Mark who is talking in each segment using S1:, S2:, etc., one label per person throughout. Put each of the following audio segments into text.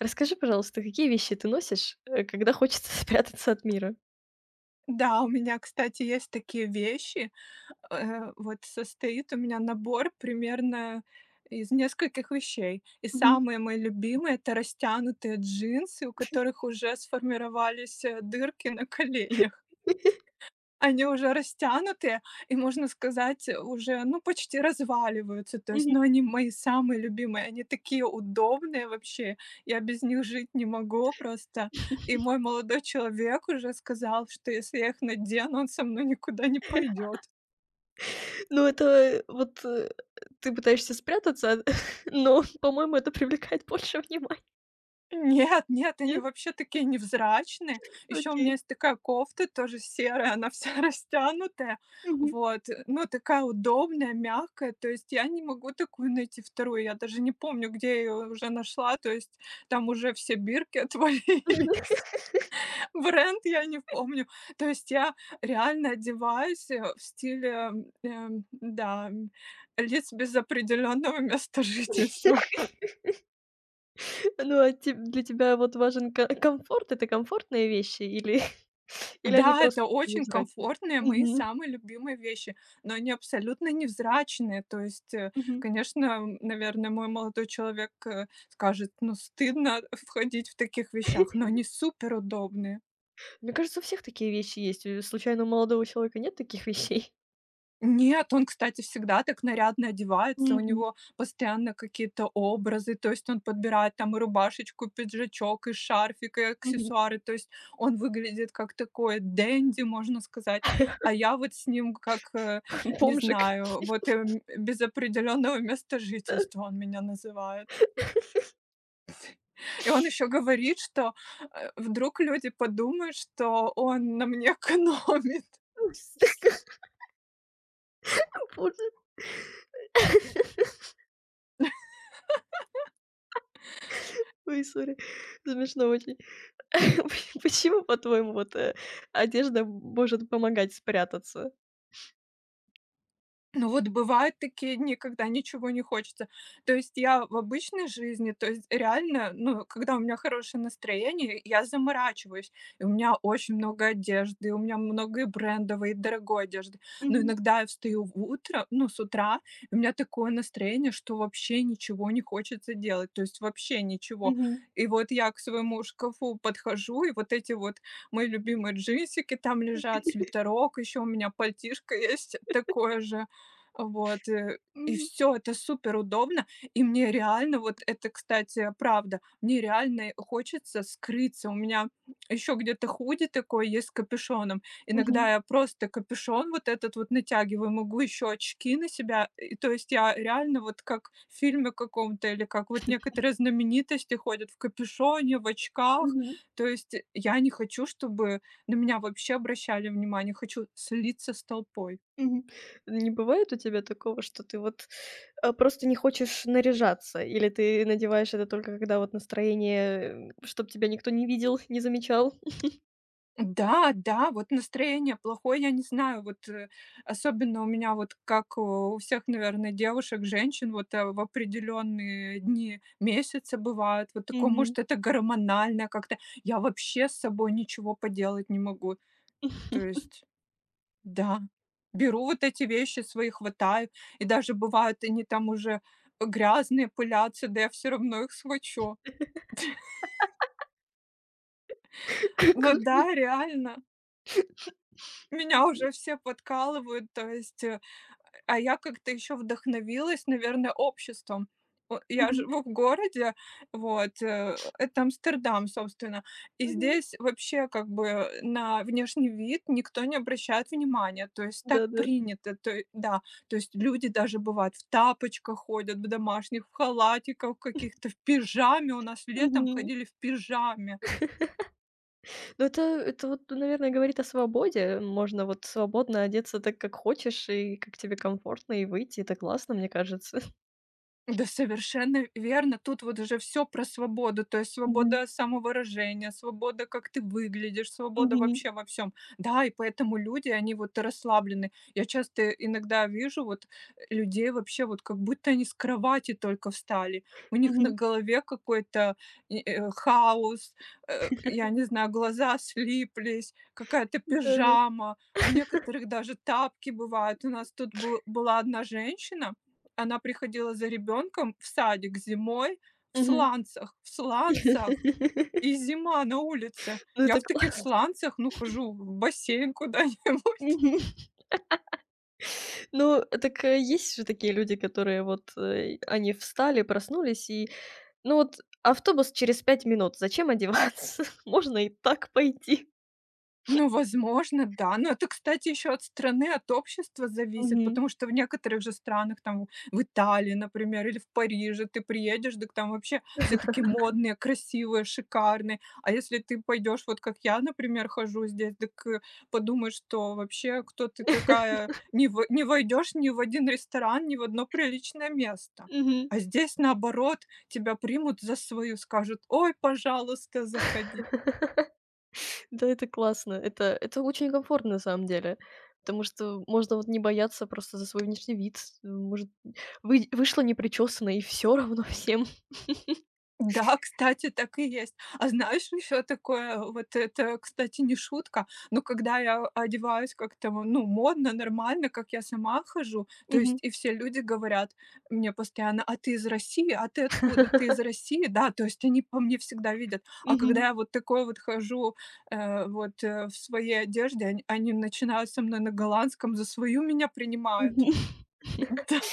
S1: Расскажи, пожалуйста, какие вещи ты носишь, когда хочется спрятаться от мира?
S2: Да, у меня, кстати, есть такие вещи. Вот состоит у меня набор примерно из нескольких вещей. И
S1: Мгм.
S2: самые мои любимые — это растянутые джинсы, у которых уже сформировались дырки на коленях. Они уже растянутые и, можно сказать, уже, ну, почти разваливаются. То есть,
S1: Мгм.
S2: ну, они мои самые любимые. Они такие удобные вообще. Я без них жить не могу просто. И мой молодой человек уже сказал, что если я их надену, он со мной никуда не пойдет.
S1: Ну, это вот, ты пытаешься спрятаться, но, по-моему, это привлекает больше внимания.
S2: Нет, нет, они
S1: Нет?
S2: вообще такие невзрачные. Еще у меня
S1: Окей.
S2: есть такая кофта, тоже серая, она вся растянутая.
S1: Мгм.
S2: Вот, ну, такая удобная, мягкая. То есть я не могу такую найти вторую. Я даже не помню, где я ее уже нашла. То есть там уже все бирки отвалились. Бренд я не помню. То есть я реально одеваюсь в стиле, да, лиц без определенного места жительства.
S1: Ну, а теб для тебя вот важен ко комфорт? Это комфортные вещи или или они
S2: Да,
S1: просто
S2: это
S1: такие
S2: очень
S1: невзрачные?
S2: комфортные мои
S1: Мгм.
S2: самые любимые вещи, но они абсолютно невзрачные. То есть,
S1: Мгм.
S2: конечно, наверное, мой молодой человек скажет, ну, стыдно входить в таких вещах, но они супер удобные.
S1: Мне кажется, у всех такие вещи есть. Случайно у молодого человека нет таких вещей?
S2: Нет, он, кстати, всегда так нарядно одевается, у
S1: Мгм.
S2: него постоянно какие-то образы, то есть он подбирает там и рубашечку, и пиджачок, и шарфик, и
S1: Мгм.
S2: аксессуары, то есть он выглядит как такой денди, можно сказать, а я вот с ним как, не
S1: Бомжик.
S2: знаю, вот, без определенного места
S1: Да.
S2: жительства он меня называет. И он еще говорит, что, вдруг люди подумают, что он на мне экономит.
S1: Боже. Ой, сори. Смешно очень. Почему, по-твоему, вот, одежда может помогать спрятаться?
S2: Ну вот бывают такие дни, когда ничего не хочется. То есть я в обычной жизни, то есть реально, ну, когда у меня хорошее настроение, я заморачиваюсь. И у меня очень много одежды, и у меня много и брендовой, и дорогой одежды. Но
S1: Мгм.
S2: иногда я встаю в утро, ну, с утра, и у меня такое настроение, что вообще ничего не хочется делать. То есть вообще ничего.
S1: Мгм.
S2: И вот я к своему шкафу подхожу, и вот эти вот мои любимые джинсики там лежат, свитерок, еще у меня пальтишко есть такое же вот, э, и
S1: Мгм.
S2: все, это супер удобно. И мне реально, вот это, кстати, правда, мне реально хочется скрыться. У меня еще где-то худи такой есть с капюшоном. Иногда
S1: Мгм.
S2: я просто капюшон вот этот вот натягиваю, могу еще очки на себя. И то есть я реально вот как в фильме каком-то или как вот некоторые знаменитости ходят в капюшоне, в очках.
S1: Мгм.
S2: То есть я не хочу, чтобы на меня вообще обращали внимание. Хочу слиться с толпой.
S1: Мгм. Не бывает у тебя такого, что ты вот, просто не хочешь наряжаться? Или ты надеваешь это только когда вот настроение, чтобы тебя никто не видел, не замечал?
S2: Да, да, вот настроение плохое, я не знаю, особенно у меня вот как у всех, наверное, девушек, женщин, в определенные дни месяца бывает, вот такое,
S1: Мгм.
S2: может, это гормональное как-то. Я вообще с собой ничего поделать не могу. То есть, да, беру вот эти вещи свои, хватаю, и даже бывают они там уже грязные, пылятся, да я все равно их схвачу. Но
S1: Какой.
S2: да, реально, меня уже все подкалывают, то есть, а я как-то еще вдохновилась, наверное, обществом. О, я
S1: Мгм.
S2: живу в городе, это Амстердам, собственно, и
S1: Мгм.
S2: здесь вообще как бы на внешний вид никто не обращает внимания, то есть так
S1: Да-да.
S2: принято, то е да, то есть люди даже бывают в тапочках ходят, в домашних, в халатиках каких-то, в пижаме, у нас летом
S1: Мгм.
S2: ходили в пижаме.
S1: Ну, это вот, наверное, говорит о свободе. Можно вот свободно одеться так, как хочешь, и как тебе комфортно, и выйти. Это классно, мне кажется.
S2: Да, совершенно верно. Тут вот уже все про свободу, то есть
S1: Мгм.
S2: свобода самовыражения, свобода, как ты выглядишь, свобода
S1: Мгм.
S2: вообще во всем. Да, и поэтому люди, они вот расслаблены. Я часто иногда вижу вот людей вообще, вот как будто они с кровати только встали. У них на
S1: Мгм.
S2: голове какой-то и, хаос, я не знаю, глаза слиплись, какая-то
S1: Да-да.
S2: пижама, у некоторых даже тапки бывают. У нас тут бы была одна женщина, она приходила за ребенком в садик зимой
S1: Мгм.
S2: в сланцах, и зима на улице.
S1: Ну,
S2: Я
S1: это
S2: в таких
S1: классно.
S2: сланцах, ну, хожу в бассейн куда-нибудь.
S1: Мгм. Ну, так, есть же такие люди, которые вот, они встали, проснулись и ну вот автобус через 5 минут, зачем одеваться? Можно и так пойти.
S2: Ну, возможно, да. Но это, кстати, еще от страны, от общества зависит,
S1: Мгм.
S2: потому что в некоторых же странах, там в Италии, например, или в Париже ты приедешь, так там вообще все такие модные, красивые, шикарные. А если ты пойдешь, вот как я, например, хожу здесь, так подумаешь, что вообще кто ты такая, не, не войдешь ни в один ресторан, ни в одно приличное место.
S1: Мгм.
S2: А здесь, наоборот, тебя примут за свою, скажут, ой, пожалуйста, заходи.
S1: Да, это классно. Это очень комфортно на самом деле, потому что можно вот не бояться просто за свой внешний вид. Может, вы вышла непричесанной, и всё равно всем.
S2: Да, кстати, так и есть. А знаешь, еще такое, вот это, кстати, не шутка, но когда я одеваюсь как-то, ну, модно, нормально, как я сама хожу, то есть
S1: Мгм.
S2: и все люди говорят мне постоянно, а ты из России, а ты откуда, ты из России, да, то есть они по мне всегда видят. А когда
S1: Мгм.
S2: я вот такой вот хожу, в своей одежде, они начинают со мной на голландском, за свою меня принимают.
S1: Мгм.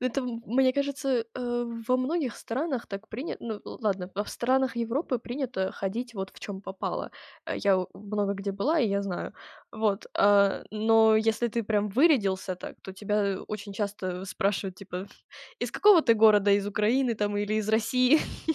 S1: Это, мне кажется, во многих странах так принято. Ну, л ладно, в странах Европы принято ходить вот в чем попало. Э, я у много где была, и я знаю. Вот, но если ты прям вырядился так, то тебя очень часто спрашивают, типа: "Из какого ты города? Из Украины там или из России?"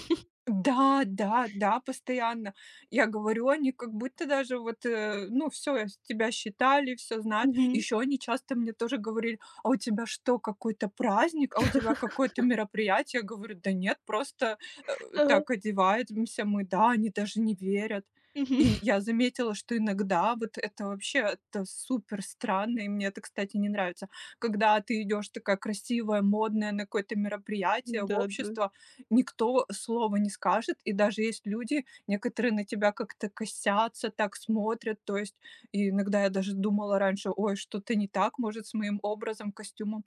S2: Да, да, да, постоянно. Я говорю, они как будто даже ну, все, тебя считали, все знают.
S1: Мгм.
S2: Еще они часто мне тоже говорили: «А у тебя что, какой-то праздник? А у тебя какое-то мероприятие?» Я говорю: «Да нет, просто, э,
S1: Ага,
S2: так одеваемся мы». Да, они даже не верят.
S1: мгм.
S2: И я заметила, что иногда вот это вообще, это супер странно, и мне это, кстати, не нравится. Когда ты идешь такая красивая, модная на какое-то мероприятие, в
S1: Да, да.
S2: общество, никто слова не скажет, и даже есть люди, некоторые на тебя как-то косятся, так смотрят. То есть и иногда я даже думала раньше: «Ой, что-то не так, может, с моим образом, костюмом».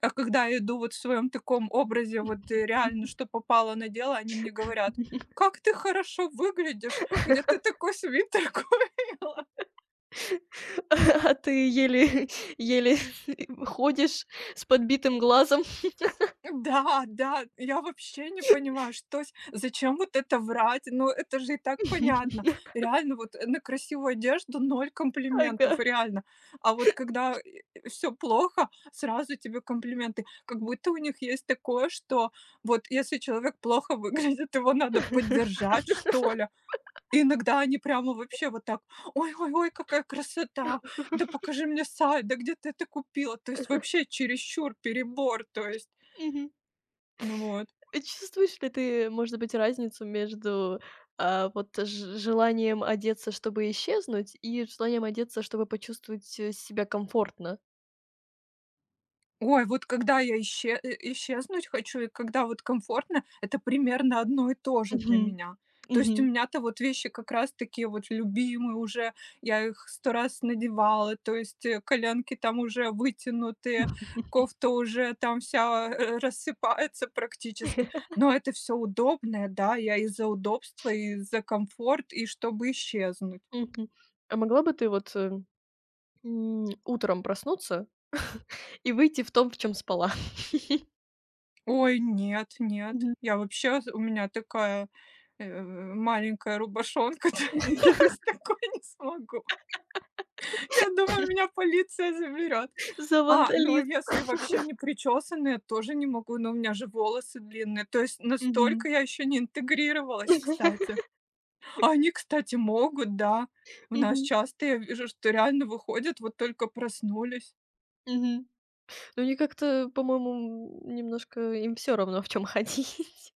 S2: А когда я иду вот в своем таком образе, реально что попало на дело, они мне говорят: «Как ты хорошо выглядишь! Где ты такой свитер купила?»
S1: А ты еле еле ходишь с подбитым глазом.
S2: Да, да, я вообще не понимаю, что с зачем вот это врать? Ну, это же и так понятно. Реально, на красивую одежду ноль комплиментов,
S1: Ага.
S2: реально. А вот когда все плохо, сразу тебе комплименты. Как будто у них есть такое, что вот если человек плохо выглядит, его надо поддержать, что ли. И иногда они прямо вообще вот так: «Ой, ой, ой, какая красота! Да покажи мне сайт, да где ты это купила?» То есть вообще чересчур, перебор, то есть.
S1: Мгм.
S2: Ну вот.
S1: А чувствуешь ли ты, может быть, разницу между, вот ж желанием одеться, чтобы исчезнуть, и желанием одеться, чтобы почувствовать, себя комфортно?
S2: Ой, вот когда я исчезнуть хочу и когда вот комфортно — это примерно одно и то же для
S1: Мгм.
S2: меня. То есть у
S1: Мгм.
S2: меня-то вот вещи как раз такие вот любимые уже, я их 100 раз надевала, то есть, коленки там уже вытянутые, кофта уже там вся, рассыпается практически. Но это все удобное, да, я из за удобства, из за комфорт, и чтобы исчезнуть.
S1: Мгм. А могла бы ты вот, утром проснуться и выйти в том, в чем спала?
S2: Ой, нет, нет.
S1: Мгм.
S2: Я вообще у меня такая, маленькая рубашонка, то я с такой не смогу. Я думаю, меня полиция заберет.
S1: За
S2: А, ну, а
S1: вандализм.
S2: если вообще не причесанная, тоже не могу, но у меня же волосы длинные. То есть
S1: Мгм.
S2: настолько я еще не интегрировалась, кстати. А они, кстати, могут, да. У нас
S1: Мгм.
S2: часто я вижу, что реально выходят, вот только проснулись.
S1: Мгм. Ну, они как-то, по-моему, немножко им все равно, в чем ходить.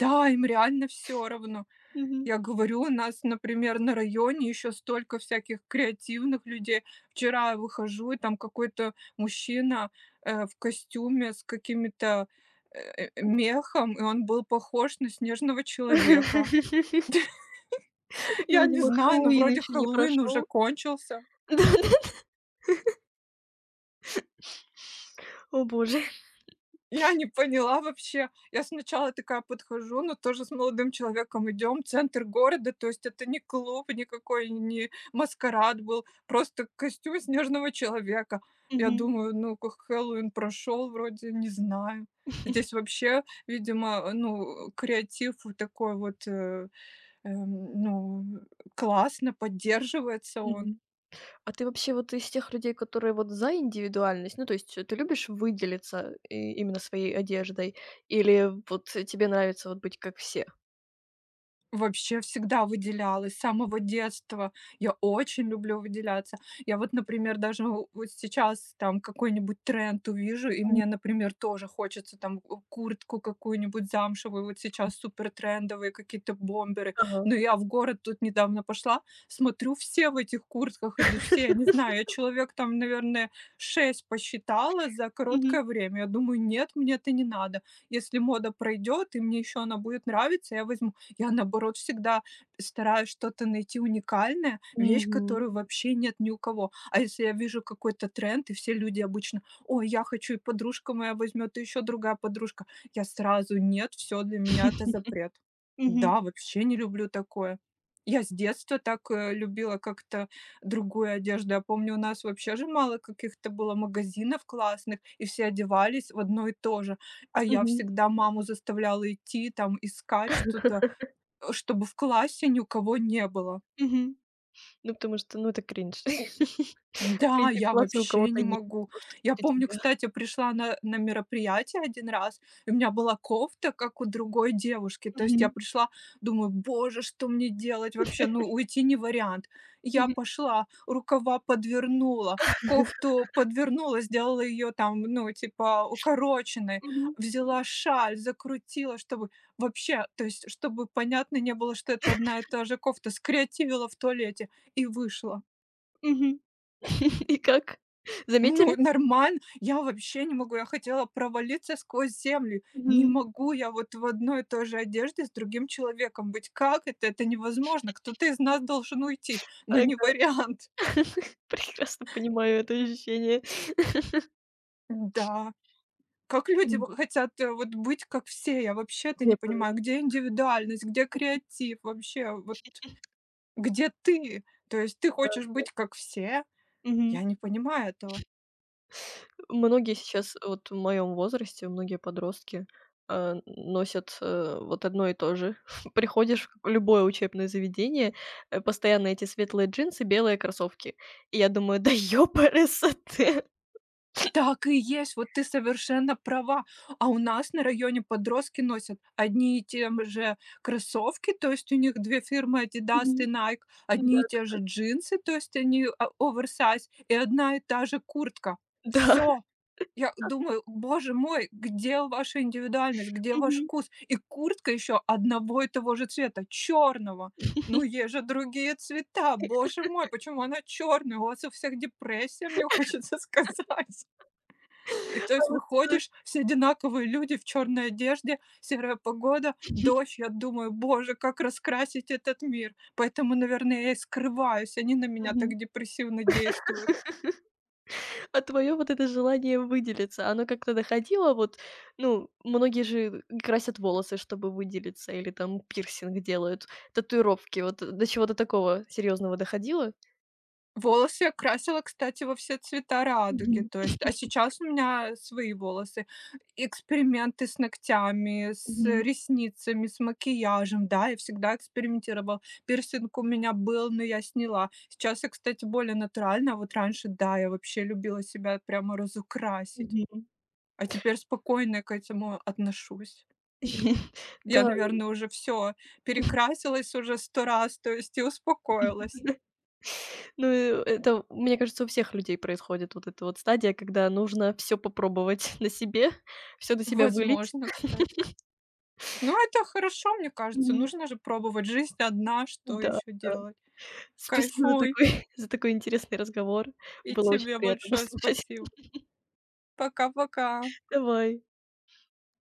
S2: Да, им реально всё равно.
S1: Мгм.
S2: Я говорю, у нас, например, на районе еще столько всяких креативных людей. Вчера я выхожу, и там какой-то мужчина в костюме с какими-то мехом, и он был похож на снежного человека.
S1: Ну,
S2: Я не
S1: видимо,
S2: знаю, но
S1: Хэллоуин
S2: вроде
S1: еще не
S2: Хэллоуин уже
S1: прошел.
S2: кончился.
S1: О боже.
S2: Я не поняла вообще. Я сначала такая подхожу, но тоже с молодым человеком идем, центр города, то есть это не клуб никакой, не маскарад был, просто костюм снежного человека. Я
S1: Мгм.
S2: думаю, ну, как Хэллоуин прошел, вроде не знаю. Здесь вообще, видимо, ну, креатив вот такой вот, ну, классно поддерживается он.
S1: Мгм. А ты вообще вот из тех людей, которые вот за индивидуальность? Ну, то есть, ты любишь выделиться и именно своей одеждой или вот тебе нравится вот быть как все?
S2: Вообще всегда выделялась с самого детства. Я очень люблю выделяться. Я вот, например, даже в вот сейчас там какой-нибудь тренд увижу, и
S1: М,
S2: мне, например, тоже хочется там у куртку какую-нибудь замшевую. Вот сейчас супер трендовые какие-то бомберы.
S1: ага.
S2: Но я в город тут недавно пошла, смотрю, все в этих куртках идут, все, я не знаю, я человек там, наверное, 6 посчитала за
S1: Мгм.
S2: короткое время. Я думаю: «Нет, мне это не надо. Если мода пройдет и мне еще она будет нравиться, я возьму». Я, наоборот, всегда стараюсь что-то найти уникальное, вещь,
S1: Мгм.
S2: которую вообще нет ни у кого. А если я вижу какой-то тренд, и все люди обычно: «Ой, я хочу, и подружка моя возьмет, и еще другая подружка». Я сразу: «Нет, все для меня это запрет».
S1: Мгм.
S2: Да, вообще не люблю такое. Я с детства так, любила как-то другую одежду. Я помню, у нас вообще же мало каких-то было магазинов классных, и все одевались в одно и то же. А я
S1: Мгм.
S2: всегда маму заставляла идти, там, искать что-то. Чтобы в классе ни у кого не было.
S1: Мгм. Ну, потому что, ну, это кринж.
S2: Да,
S1: Прийти в
S2: я
S1: класс, и у
S2: вообще
S1: кого-то
S2: не
S1: есть
S2: могу.
S1: то, что
S2: Я
S1: есть у
S2: помню,
S1: тебя.
S2: кстати, пришла на мероприятие один раз, и у меня была кофта, как у другой девушки. То есть я
S1: Мгм.
S2: пришла, думаю: «Боже, что мне делать вообще? Ну, уйти не вариант». Я
S1: Мгм.
S2: пошла, рукава подвернула, кофту подвернула, сделала ее там, ну, типа укороченной,
S1: Мгм.
S2: взяла шаль, закрутила, чтобы вообще, то есть чтобы понятно не было, что это одна и та же кофта, скреативила в туалете и вышла.
S1: Мгм. И как?
S2: Ну,
S1: Заметили?
S2: нормально. Я вообще не могу. Я хотела провалиться сквозь землю. Не
S1: Мгм.
S2: могу я вот в одной и той же одежде с другим человеком быть. Как это? Это невозможно. Кто-то из нас должен уйти, но
S1: Ага.
S2: не вариант.
S1: Прекрасно понимаю это ощущение.
S2: Да. Как люди
S1: М.
S2: хотят вот быть как все? Я вообще-то не
S1: Я тоже.
S2: понимаю, где индивидуальность, где креатив вообще, вот где ты? То есть ты хочешь быть как все?
S1: Мгм.
S2: Я не понимаю этого.
S1: Многие сейчас, вот в моем возрасте, многие подростки, носят, вот одно и то же. Приходишь в любое учебное заведение, постоянно эти светлые джинсы, белые кроссовки. И я думаю: "Да ёпрст!"
S2: Так и есть, вот ты совершенно права. А у нас на районе подростки носят одни и те же кроссовки, то есть у них 2 фирмы Adidas и
S1: Мгм.
S2: Nike,
S1: Да,
S2: одни и те же джинсы, то есть они оверсайз, и одна и та же куртка.
S1: да.
S2: Все, я думаю: «Боже мой, где ваша индивидуальность, где ваш
S1: Мгм.
S2: вкус?» И куртка еще одного и того же цвета, черного. Ну, есть же другие цвета. Боже мой, почему она черная? У вас у всех депрессия, мне хочется сказать. И то
S1: А
S2: есть
S1: вот, э,
S2: выходишь, все одинаковые люди в черной одежде, серая погода, дождь. Я думаю, боже, как раскрасить этот мир. Поэтому, наверное, я и скрываюсь. Они на меня
S1: мгм.
S2: так депрессивно действуют.
S1: А твое вот это желание выделиться, оно как-то доходило вот, ну, многие же красят волосы, чтобы выделиться, или там пирсинг делают, татуировки. Вот до чего-то такого серьезного доходило?
S2: Волосы я красила, кстати, во все цвета радуги,
S1: Мгм.
S2: то есть, а сейчас у меня свои волосы. Эксперименты с ногтями, с
S1: Мгм.
S2: ресницами, с макияжем. Да, я всегда экспериментировала. Пирсинг у меня был, но я сняла. Сейчас я, кстати, более натуральная, а вот раньше, да, я вообще любила себя прямо разукрасить,
S1: Мгм.
S2: а теперь спокойно к этому отношусь. Я,
S1: Да.
S2: наверное, уже все перекрасилась уже 100 раз, то есть и успокоилась.
S1: Ну, это, мне кажется, у всех людей происходит вот эта вот стадия, когда нужно все попробовать на себе, все на себя вылить.
S2: Возможно, кстати. Ну, это хорошо, мне кажется.
S1: Мгм.
S2: Нужно же пробовать. Жизнь одна, что
S1: Да,
S2: еще
S1: да.
S2: делать?
S1: Спасибо за
S2: Кайфуй.
S1: такой за такой интересный разговор.
S2: И
S1: Было очень
S2: тебе
S1: приятно
S2: большое
S1: послушать.
S2: спасибо. Пока-пока.
S1: Давай.